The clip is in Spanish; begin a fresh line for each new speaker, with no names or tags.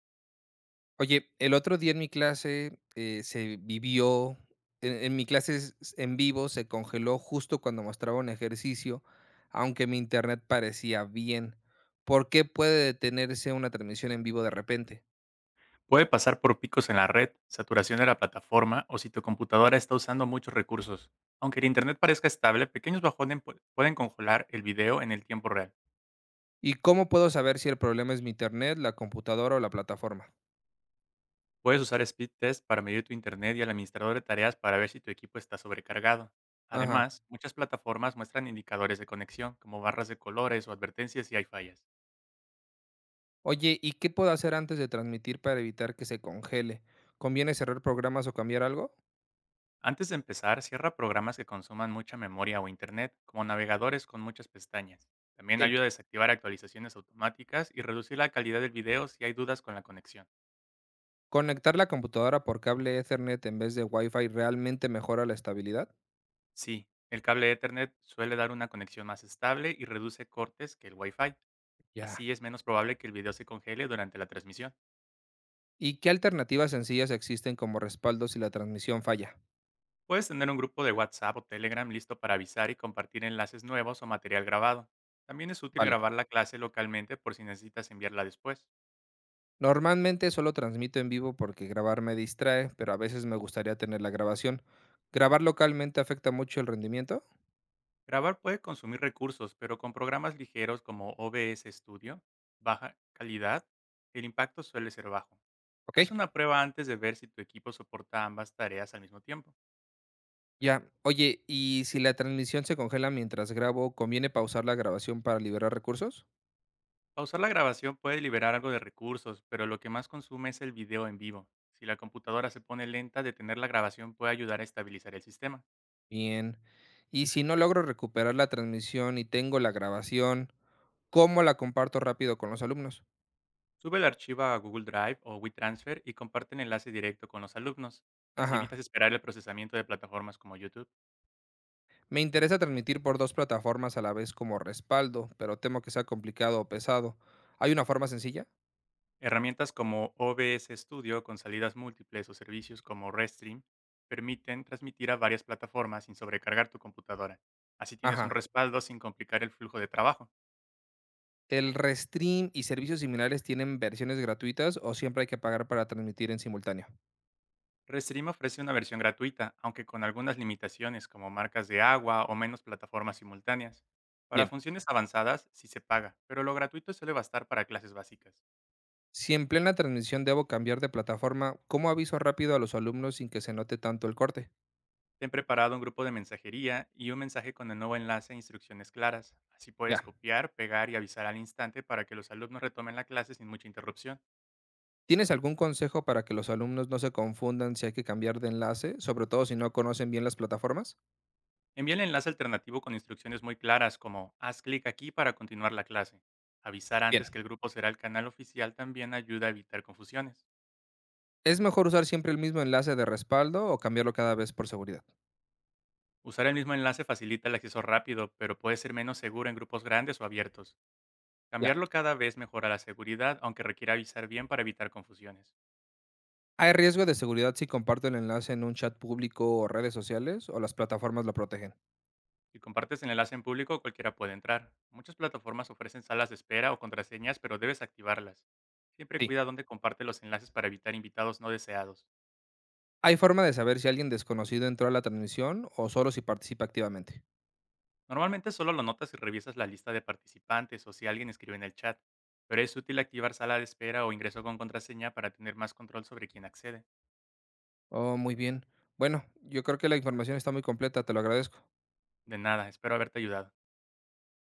Oye, el otro día en mi clase, se vivió en mi clase s en vivo se congeló justo cuando mostraba un ejercicio, aunque mi internet parecía bien. ¿Por qué puede detenerse una transmisión en vivo de repente?
Puede pasar por picos en la red, saturación de la plataforma o si tu computadora está usando muchos recursos. Aunque el Internet parezca estable, pequeños pueden congelar el video en el tiempo real.
¿Y cómo puedo saber si el problema es mi internet, la computadora o la plataforma?
Puedes usar Speed Test para medir tu Internet y al administrador de tareas para ver si tu equipo está sobrecargado.
Ajá.
Además, muchas plataformas muestran indicadores de conexión, como barras de colores o advertencias si hay fallas.
Oye, ¿y qué puedo hacer antes de transmitir para evitar que se congele? ¿Conviene cerrar programas o cambiar algo?
Antes de empezar, cierra programas que consuman mucha memoria o internet, como navegadores con muchas pestañas. También
Sí.
ayuda a desactivar actualizaciones automáticas y reducir la calidad del video si hay dudas con la conexión.
¿Conectar la computadora por cable Ethernet en vez de Wi-Fi realmente mejora la estabilidad?
Sí, el cable Ethernet suele dar una conexión más estable y reduce cortes que el Wi-Fi.
Ya.
Así es menos probable que el video se congele durante la transmisión.
¿Y qué alternativas sencillas existen como respaldo si la transmisión falla?
Puedes tener un grupo de WhatsApp o Telegram listo para avisar y compartir enlaces nuevos o material grabado. También es útil
Vale.
grabar la clase localmente por si necesitas enviarla después.
Normalmente solo transmito en vivo porque grabar me distrae, pero a veces me gustaría tener la grabación. ¿Grabar localmente afecta mucho el rendimiento?
Grabar puede consumir recursos, pero con programas ligeros como OBS Studio, baja calidad, el impacto suele ser bajo.
Ok.
Haz una prueba antes de ver si tu equipo soporta ambas tareas al mismo tiempo.
Ya. Oye, ¿y si la transmisión se congela mientras grabo, conviene pausar la grabación para liberar recursos?
Pausar la grabación puede liberar algo de recursos, pero lo que más consume es el video en vivo. Si la computadora se pone lenta, detener la grabación puede ayudar a estabilizar el sistema.
Bien. ¿Y si no logro recuperar la transmisión y tengo la grabación, cómo la comparto rápido con los alumnos?
Sube el archivo a Google Drive o WeTransfer y comparte el enlace directo con los alumnos. Así
Ajá.
evitas esperar el procesamiento de plataformas como YouTube.
Me interesa transmitir por dos plataformas a la vez como respaldo, pero temo que sea complicado o pesado. ¿Hay una forma sencilla?
Herramientas como OBS Studio con salidas múltiples o servicios como Restream permiten transmitir a varias plataformas sin sobrecargar tu computadora. Así tienes un
Ajá.
respaldo sin complicar el flujo de trabajo.
¿El Restream y servicios similares tienen versiones gratuitas o siempre hay que pagar para transmitir en simultáneo?
Restream ofrece una versión gratuita, aunque con algunas limitaciones como marcas de agua o menos plataformas simultáneas. Para
Bien.
funciones avanzadas sí se paga, pero lo gratuito suele bastar para clases básicas.
Si en plena transmisión debo cambiar de plataforma, ¿cómo aviso rápido a los alumnos sin que se note tanto el corte?
Ten preparado un grupo de mensajería y un mensaje con el nuevo enlace e instrucciones claras. Así puedes
Ya.
copiar, pegar y avisar al instante para que los alumnos retomen la clase sin mucha interrupción.
¿Tienes algún consejo para que los alumnos no se confundan si hay que cambiar de enlace, sobre todo si no conocen bien las plataformas?
Envía el enlace alternativo con instrucciones muy claras como haz clic aquí para continuar la clase. Avisar antes que
Bien.
el grupo será el canal oficial también ayuda a evitar confusiones.
¿Es mejor usar siempre el mismo enlace de respaldo o cambiarlo cada vez por seguridad?
Usar el mismo enlace facilita el acceso rápido, pero puede ser menos seguro en grupos grandes o abiertos.
Ya.
Cambiarlo cada vez mejora la seguridad, aunque requiere avisar bien para evitar confusiones.
¿Hay riesgo de seguridad si comparto el enlace en un chat público o redes sociales o las plataformas lo protegen?
Si compartes el enlace en público, cualquiera puede entrar. Muchas plataformas ofrecen salas de espera o contraseñas, pero debes activarlas. Siempre
Sí.
cuida dónde comparte los enlaces para evitar invitados no deseados.
¿Hay forma de saber si alguien desconocido entró a la transmisión o solo si participa activamente?
Normalmente solo lo notas si revisas la lista de participantes o si alguien escribe en el chat, pero es útil activar sala de espera o ingreso con contraseña para tener más control sobre quién accede.
Oh, muy bien. Bueno, yo creo que la información está muy completa, te lo agradezco.
De nada, espero haberte ayudado.